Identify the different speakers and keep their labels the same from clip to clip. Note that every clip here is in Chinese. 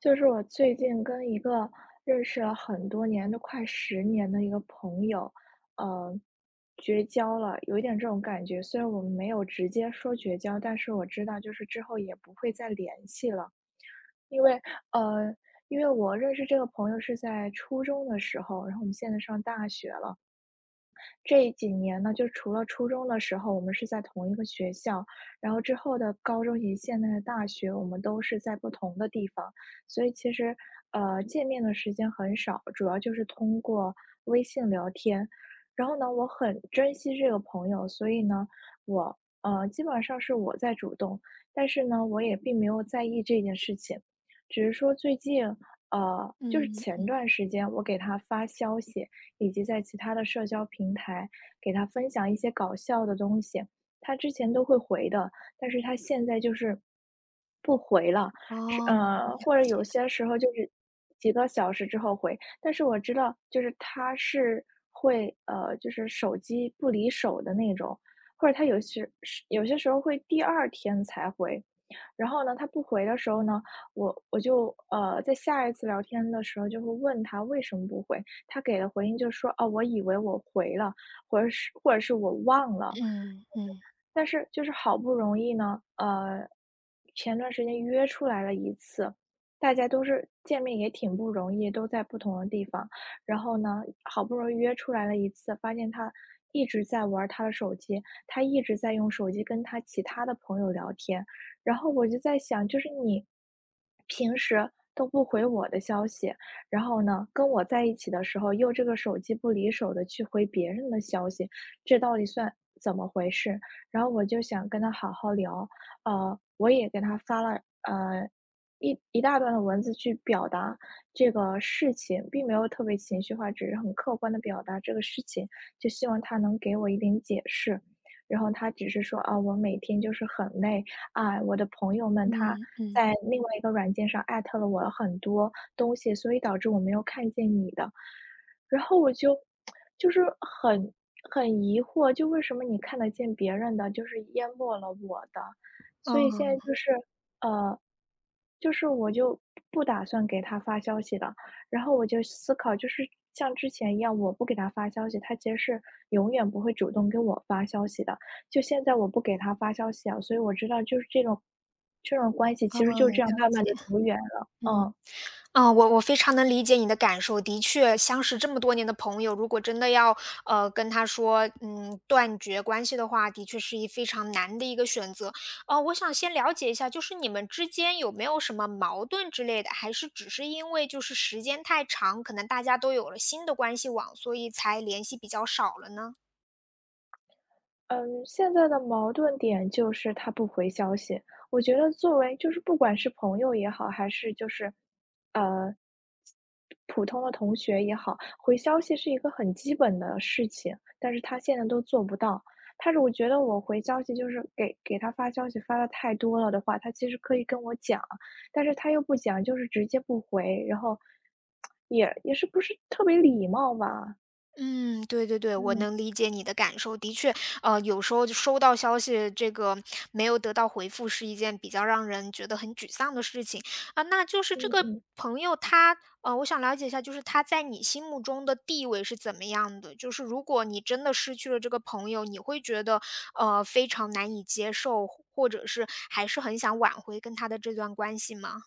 Speaker 1: 就是我最近跟一个认识了很多年，都快10年的一个朋友，呃，绝交了，有一点这种感觉。虽然我们没有直接说绝交，但是我知道就是之后也不会再联系了，因为呃，因为我认识这个朋友是在初中的时候，然后我们现在上大学了，这几年呢，就除了初中的时候我们是在同一个学校，然后之后的高中以及现在的大学，我们都是在不同的地方，所以其实，见面的时间很少，主要就是通过微信聊天。然后呢，我很珍惜这个朋友，所以呢，我基本上是我在主动，但是呢，我也并没有在意这件事情，只是说最近，就是
Speaker 2: 嗯
Speaker 1: 前
Speaker 2: 嗯。
Speaker 1: 段时间我给他发消息，以及在其他的社交平台给他分享一些搞笑的东西，他之前都会回的，但是他现在就是不回了，
Speaker 2: 哦，了
Speaker 1: 或者
Speaker 2: 解。
Speaker 1: 有些时候就是几个小时之后回，但是我知道就是他是就是手机不离手的那种，或者他有些时候会第二天才回。然后呢，他不回的时候呢，我就在下一次聊天的时候就会问他为什么不回，他给的回应就是说：“哦，我以为我回了，或者是我忘了。”
Speaker 2: 嗯嗯
Speaker 1: 但是就是好不容易呢，前段时间约出来了一次，大家都是见面也挺不容易，都在不同的地方。然后呢，好不容易约出来了一次，发现他一直在玩他的手机，他一直在用手机跟他其他的朋友聊天。然后我就在想，就是你平时都不回我的消息，然后呢，跟我在一起的时候又这个手机不离手的去回别人的消息，这到底算怎么回事？然后我就想跟他好好聊，我也给他发了一大段的文字去表达这个事情，并没有特别情绪化，只是很客观的表达这个事情，就希望他能给我一点解释。然后他只是说啊，我每天就是很累啊，我的朋友们他
Speaker 2: 嗯嗯。
Speaker 1: 在另外一个软件上艾特了我很多东西，所以导致我没有看见你的。然后我就是很疑惑，就为什么你看得见别人的，就是淹没了我的。
Speaker 2: 哦，
Speaker 1: 所以
Speaker 2: 哦，
Speaker 1: 现在就是，呃，就是我就不打算给他发消息了。然后我就思考，就是像之前一样，我不给他发消息，他其实是永远不会主动给我发消息的。就现在我不给他发消息啊，所以我知道就是这种关系其实就
Speaker 2: 了
Speaker 1: 这样慢慢
Speaker 2: 解。
Speaker 1: 的走远了，
Speaker 2: 嗯。
Speaker 1: 嗯。
Speaker 2: 我非常能理解你的感受。的确，相识这么多年的朋友，如果真的要跟他说，嗯，断绝关系的话，的确是一非常难的一个选择。哦，我想先了解一下，就是你们之间有没有什么矛盾之类的，还是只是因为就是时间太长，可能大家都有了新的关系网，所以才联系比较少了呢？
Speaker 1: 嗯，现在的矛盾点就是他不回消息。我觉得作为就是不管是朋友也好，还是就是，呃，普通的同学也好，回消息是一个很基本的事情，但是他现在都做不到。他是我觉得我回消息就是给他发消息发的太多了的话，他其实可以跟我讲，但是他又不讲，就是直接不回，然后也是不是特别礼貌吧？
Speaker 2: 嗯，对对对，我
Speaker 1: 嗯
Speaker 2: 能理解你的感受。的确，有时候就收到消息，这个没有得到回复，是一件比较让人觉得很沮丧的事情啊。那就是这
Speaker 1: 嗯
Speaker 2: 个
Speaker 1: 嗯。
Speaker 2: 朋友他，我想了解一下，就是他在你心目中的地位是怎么样的？就是如果你真的失去了这个朋友，你会觉得非常难以接受，或者是还是很想挽回跟他的这段关系吗？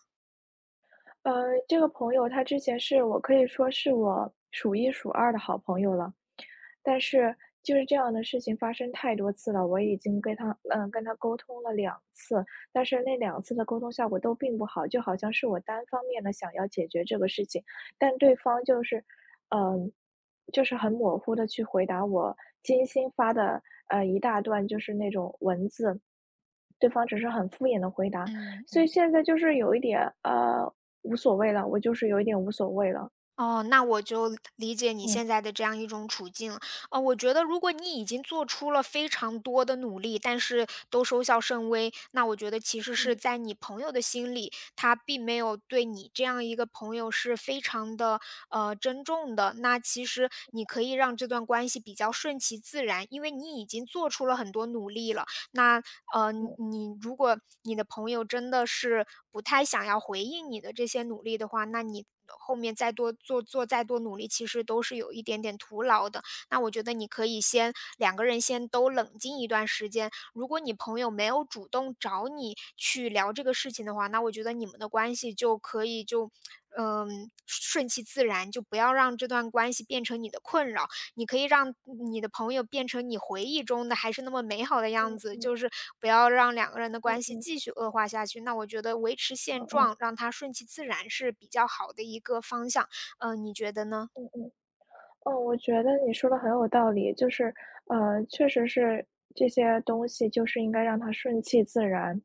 Speaker 1: 呃，这个朋友他之前是我可以说是我数一数二的好朋友了，但是就是这样的事情发生太多次了，我已经跟他沟通了两次，但是那两次的沟通效果都并不好，就好像是我单方面的想要解决这个事情，但对方就是，嗯，就是很模糊的去回答我精心发的，一大段就是那种文字，对方只是很敷衍的回答，所
Speaker 2: 嗯，
Speaker 1: 以现在就是有一点，无所谓了，我就是有一点无所谓了，
Speaker 2: 哦，那我就理解你
Speaker 1: 嗯。
Speaker 2: 现在的这样一种处境了。我觉得如果你已经做出了非常多的努力，但是都收效甚微，那我觉得其实是
Speaker 1: 嗯
Speaker 2: 在你朋友的心里，他并没有对你这样一个朋友是非常的珍重的。那其实你可以让这段关系比较顺其自然，因为你已经做出了很多努力了。那呃，
Speaker 1: 嗯
Speaker 2: 你如果你的朋友真的是不太想要回应你的这些努力的话，那你后面再多做做再多努力，其实都是有一点点徒劳的。那我觉得你可以先两个人先都冷静一段时间。如果你朋友没有主动找你去聊这个事情的话，那我觉得你们的关系就可以就嗯顺其自然，就不要让这段关系变成你的困扰。你可以让你的朋友变成你回忆中的还是那么美好的样
Speaker 1: 嗯
Speaker 2: 子，
Speaker 1: 嗯
Speaker 2: 就是不要让两个人的
Speaker 1: 嗯
Speaker 2: 关系
Speaker 1: 嗯嗯
Speaker 2: 继续恶化下去。那我觉得维持
Speaker 1: 嗯
Speaker 2: 现
Speaker 1: 嗯
Speaker 2: 状，让它顺其自然是比较好的一个方向。嗯，你觉得呢？
Speaker 1: 嗯嗯嗯，我觉得你说的很有道理，就是，确实是这些东西就是应该让它顺其自然，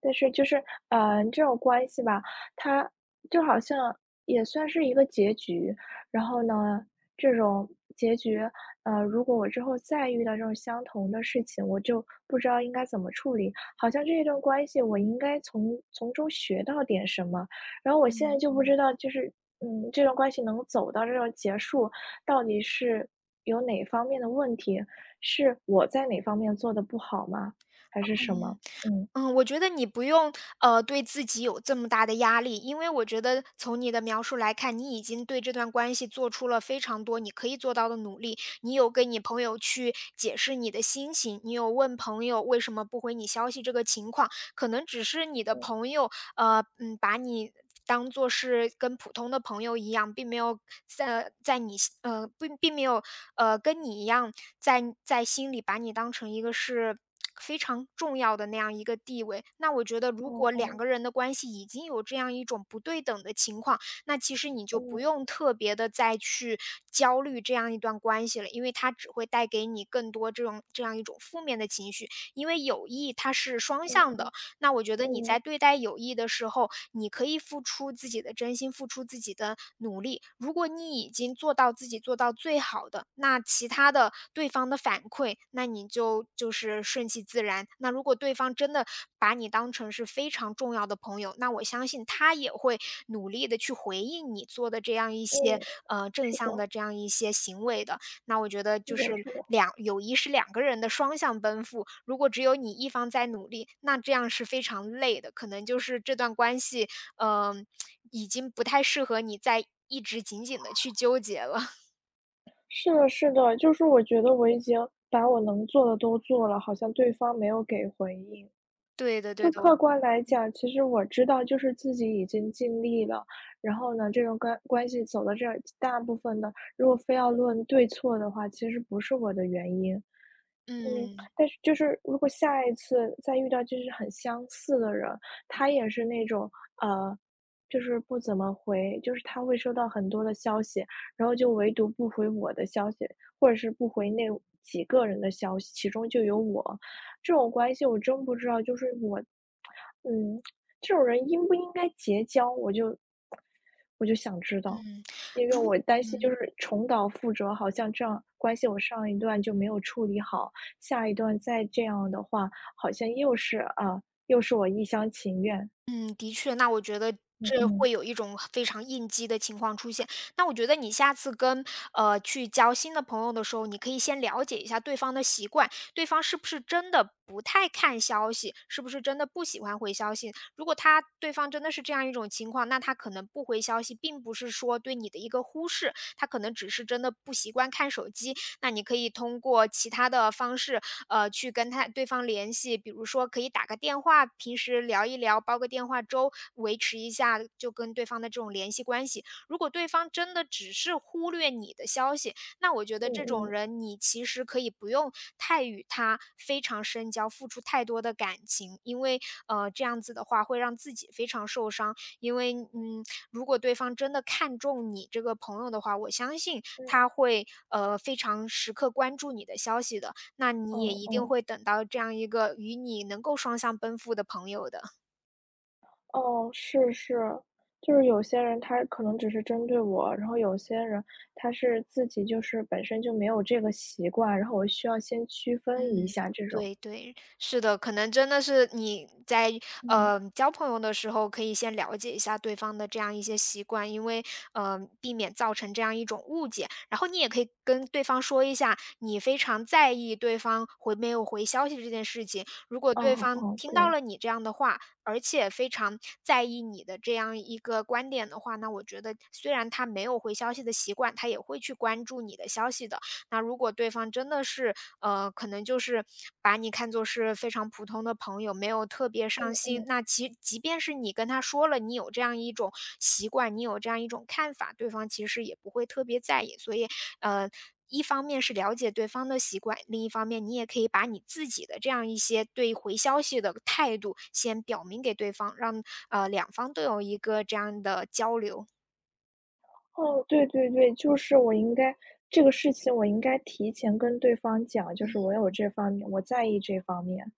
Speaker 1: 但是就是，这种关系吧，它就好像也算是一个结局，然后呢，这种结局，如果我之后再遇到这种相同的事情，我就不知道应该怎么处理，好像这一段关系我应该从中学到点什么，然后我现在
Speaker 2: 嗯
Speaker 1: 就不知
Speaker 2: 嗯。
Speaker 1: 道就是。嗯，这段关系能走到这种结束，到底是有哪方面的问题？是我在哪方面做的不好吗？还是什
Speaker 2: 嗯。
Speaker 1: 么？嗯，
Speaker 2: 嗯，我觉得你不用，对自己有这么大的压力，因为我觉得从你的描述来看，你已经对这段关系做出了非常多你可以做到的努力。你有跟你朋友去解释你的心情，你有问朋友为什么不回你消息这个情况，可能只是你的
Speaker 1: 嗯嗯
Speaker 2: 朋友，嗯，把你当做是跟普通的朋友一样，并没有在在你心并没有跟你一样，在在心里把你当成一个是非常重要的那样一个地位。那我觉得如
Speaker 1: 哦
Speaker 2: 果两
Speaker 1: 哦
Speaker 2: 个人的关系已经有这样一种不对等的情况，那其实你就不
Speaker 1: 嗯
Speaker 2: 用特别的再去焦虑这样一段关系了，因为它只会带给你更多这种这样一种负面的情绪。因为友谊它是双
Speaker 1: 嗯
Speaker 2: 向
Speaker 1: 嗯
Speaker 2: 的，那我觉得你
Speaker 1: 嗯
Speaker 2: 在对待友谊的时候，你可以付出自己的真心，付出自己的努力。如果你已经做到自己做到最好的，那其他的对方的反馈，那你就就是顺其自然。那如果对方真的把你当成是非常重要的朋友，那我相信他也会努力的去回应你做的这样一
Speaker 1: 嗯，
Speaker 2: 些正
Speaker 1: 是
Speaker 2: 向
Speaker 1: 的，
Speaker 2: 的这样一些行为的。那我觉得
Speaker 1: 是
Speaker 2: 就
Speaker 1: 的，
Speaker 2: 是
Speaker 1: 是的，
Speaker 2: 两友谊是两个人的双向奔赴，如果只有你一方在努力，那这样是非常累的，可能就是这段关系，嗯，已经不太适合你再一直紧紧的去纠结了。
Speaker 1: 是的，是的，就是我觉得我已经把我能做的都做了，好像对方没有给回应。
Speaker 2: 对的对
Speaker 1: 就
Speaker 2: 的，我
Speaker 1: 客观来讲，其实我知道，就是自己已经尽力了。然后呢，这种关系走到这儿，大部分的，如果非要论对错的话，其实不是我的原因。嗯，
Speaker 2: 嗯，
Speaker 1: 但是就是如果下一次再遇到就是很相似的人，他也是那种呃，就是不怎么回，就是他会收到很多的消息，然后就唯独不回我的消息，或者是不回那几个人的消息，其中就有我。这种关系我真不知道，就是我，嗯，这种人应不应该结交，我就想知道。
Speaker 2: 嗯，
Speaker 1: 因为
Speaker 2: 如
Speaker 1: 我担心就
Speaker 2: 嗯。
Speaker 1: 是重蹈覆辙，好像这样关系我上一段就没有处理好，下一段再这样的话，好像又是啊，又是我一厢情愿。
Speaker 2: 嗯，的确，那我觉得
Speaker 1: 嗯
Speaker 2: 这
Speaker 1: 嗯
Speaker 2: 会有一种非常应激的情况出现。那我觉得你下次跟去交新的朋友的时候，你可以先了解一下对方的习惯，对方是不是真的不太看消息，是不是真的不喜欢回消息。如果他对方真的是这样一种情况，那他可能不回消息，并不是说对你的一个忽视，他可能只是真的不习惯看手机。那你可以通过其他的方式，去跟他对方联系，比如说可以打个电话，平时聊一聊，煲个电话粥，维持一下就跟对方的这种联系关系。如果对方真的只是忽略你的消息，那我觉得
Speaker 1: 嗯
Speaker 2: 这种
Speaker 1: 嗯
Speaker 2: 人，你其实可以不用太与他非常深交，付出太多的感情，因为这样子的话会让自己非常受伤，因为，嗯，如果对方真的看重你这个朋友的话，我相信他
Speaker 1: 嗯
Speaker 2: 会，非常时刻关注你的消息的，那你也
Speaker 1: 哦
Speaker 2: 一定
Speaker 1: 哦
Speaker 2: 会等到这样一个与你能够双向奔赴的朋友的。
Speaker 1: 哦，是是，就是有些人他可能只是针对我，然后有些人他是自己就是本身就没有这个习惯，然后我需要先区分一
Speaker 2: 嗯。
Speaker 1: 下这种。
Speaker 2: 对对，是的，可能真的是你在
Speaker 1: 嗯，
Speaker 2: 交朋友的时候，可以先了解一下对方的这样一些习惯，因为避免造成这样一种误解。然后你也可以跟对方说一下，你非常在意对方回没有回消息这件事情。如果对
Speaker 1: 哦
Speaker 2: 方
Speaker 1: 哦，
Speaker 2: 听到
Speaker 1: 对，
Speaker 2: 了你这样的话，而且非常在意你的这样一个观点的话，那我觉得虽然他没有回消息的习惯，他也会去关注你的消息的。那如果对方真的是，可能就是把你看作是非常普通的朋友，没有特别
Speaker 1: 嗯
Speaker 2: 上心，
Speaker 1: 嗯，
Speaker 2: 那其即便是你跟他说了，你有这样一种习惯，你有这样一种看法，对方其实也不会特别在意。所以，呃，一方面是了解对方的习惯，另一方面你也可以把你自己的这样一些对回消息的态度先表明给对方，让，两方都有一个这样的交流。
Speaker 1: 哦，对对对，就是我应该这个事情我应该提前跟对方讲，就是我
Speaker 2: 嗯
Speaker 1: 有这方面，我在意这方面。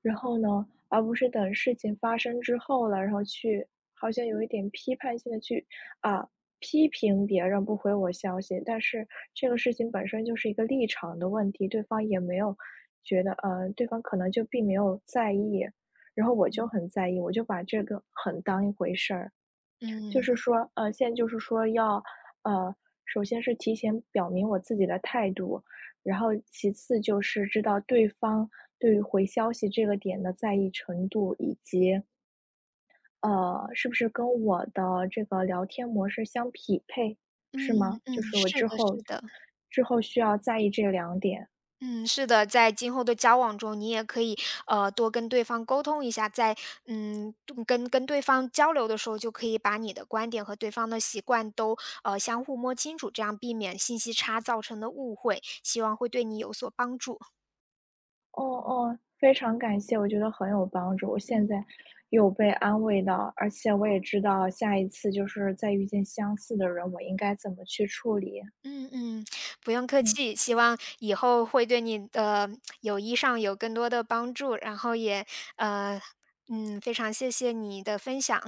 Speaker 1: 然后呢，而不是等事情发生之后了，然后去好像有一点批判性的去，啊，批评别人不回我消息。但是这个事情本身就是一个立场的问题，对方也没有对方可能就并没有在意，然后我就很在意，我就把这个很当一回事儿。就是
Speaker 2: 嗯
Speaker 1: 说，现在就是说要，呃，首先是提前表明我自己的态度，然后其次就是知道对方对于回消息这个点的在意程度，以及是不是跟我的这个聊天模式相匹配，是
Speaker 2: 嗯
Speaker 1: 吗？就
Speaker 2: 嗯，
Speaker 1: 是我
Speaker 2: 是
Speaker 1: 之
Speaker 2: 的
Speaker 1: 后
Speaker 2: 是的。
Speaker 1: 之后需要在意这2点。
Speaker 2: 嗯，是的，在今后的交往中，你也可以多跟对方沟通一下，在嗯多跟对方交流的时候，就可以把你的观点和对方的习惯都相互摸清楚，这样避免信息差造成的误会，希望会对你有所帮助。
Speaker 1: 哦哦，非常感谢，我觉得很有帮助。我现
Speaker 2: 嗯
Speaker 1: 在有被安慰到，而且我也知道下一次就是再遇见相似的人，我应该怎么去处理。
Speaker 2: 嗯嗯，不用客
Speaker 1: 嗯。
Speaker 2: 气，希望以后会对你的友谊上有更多的帮助，然后也呃嗯非常谢谢你的分享。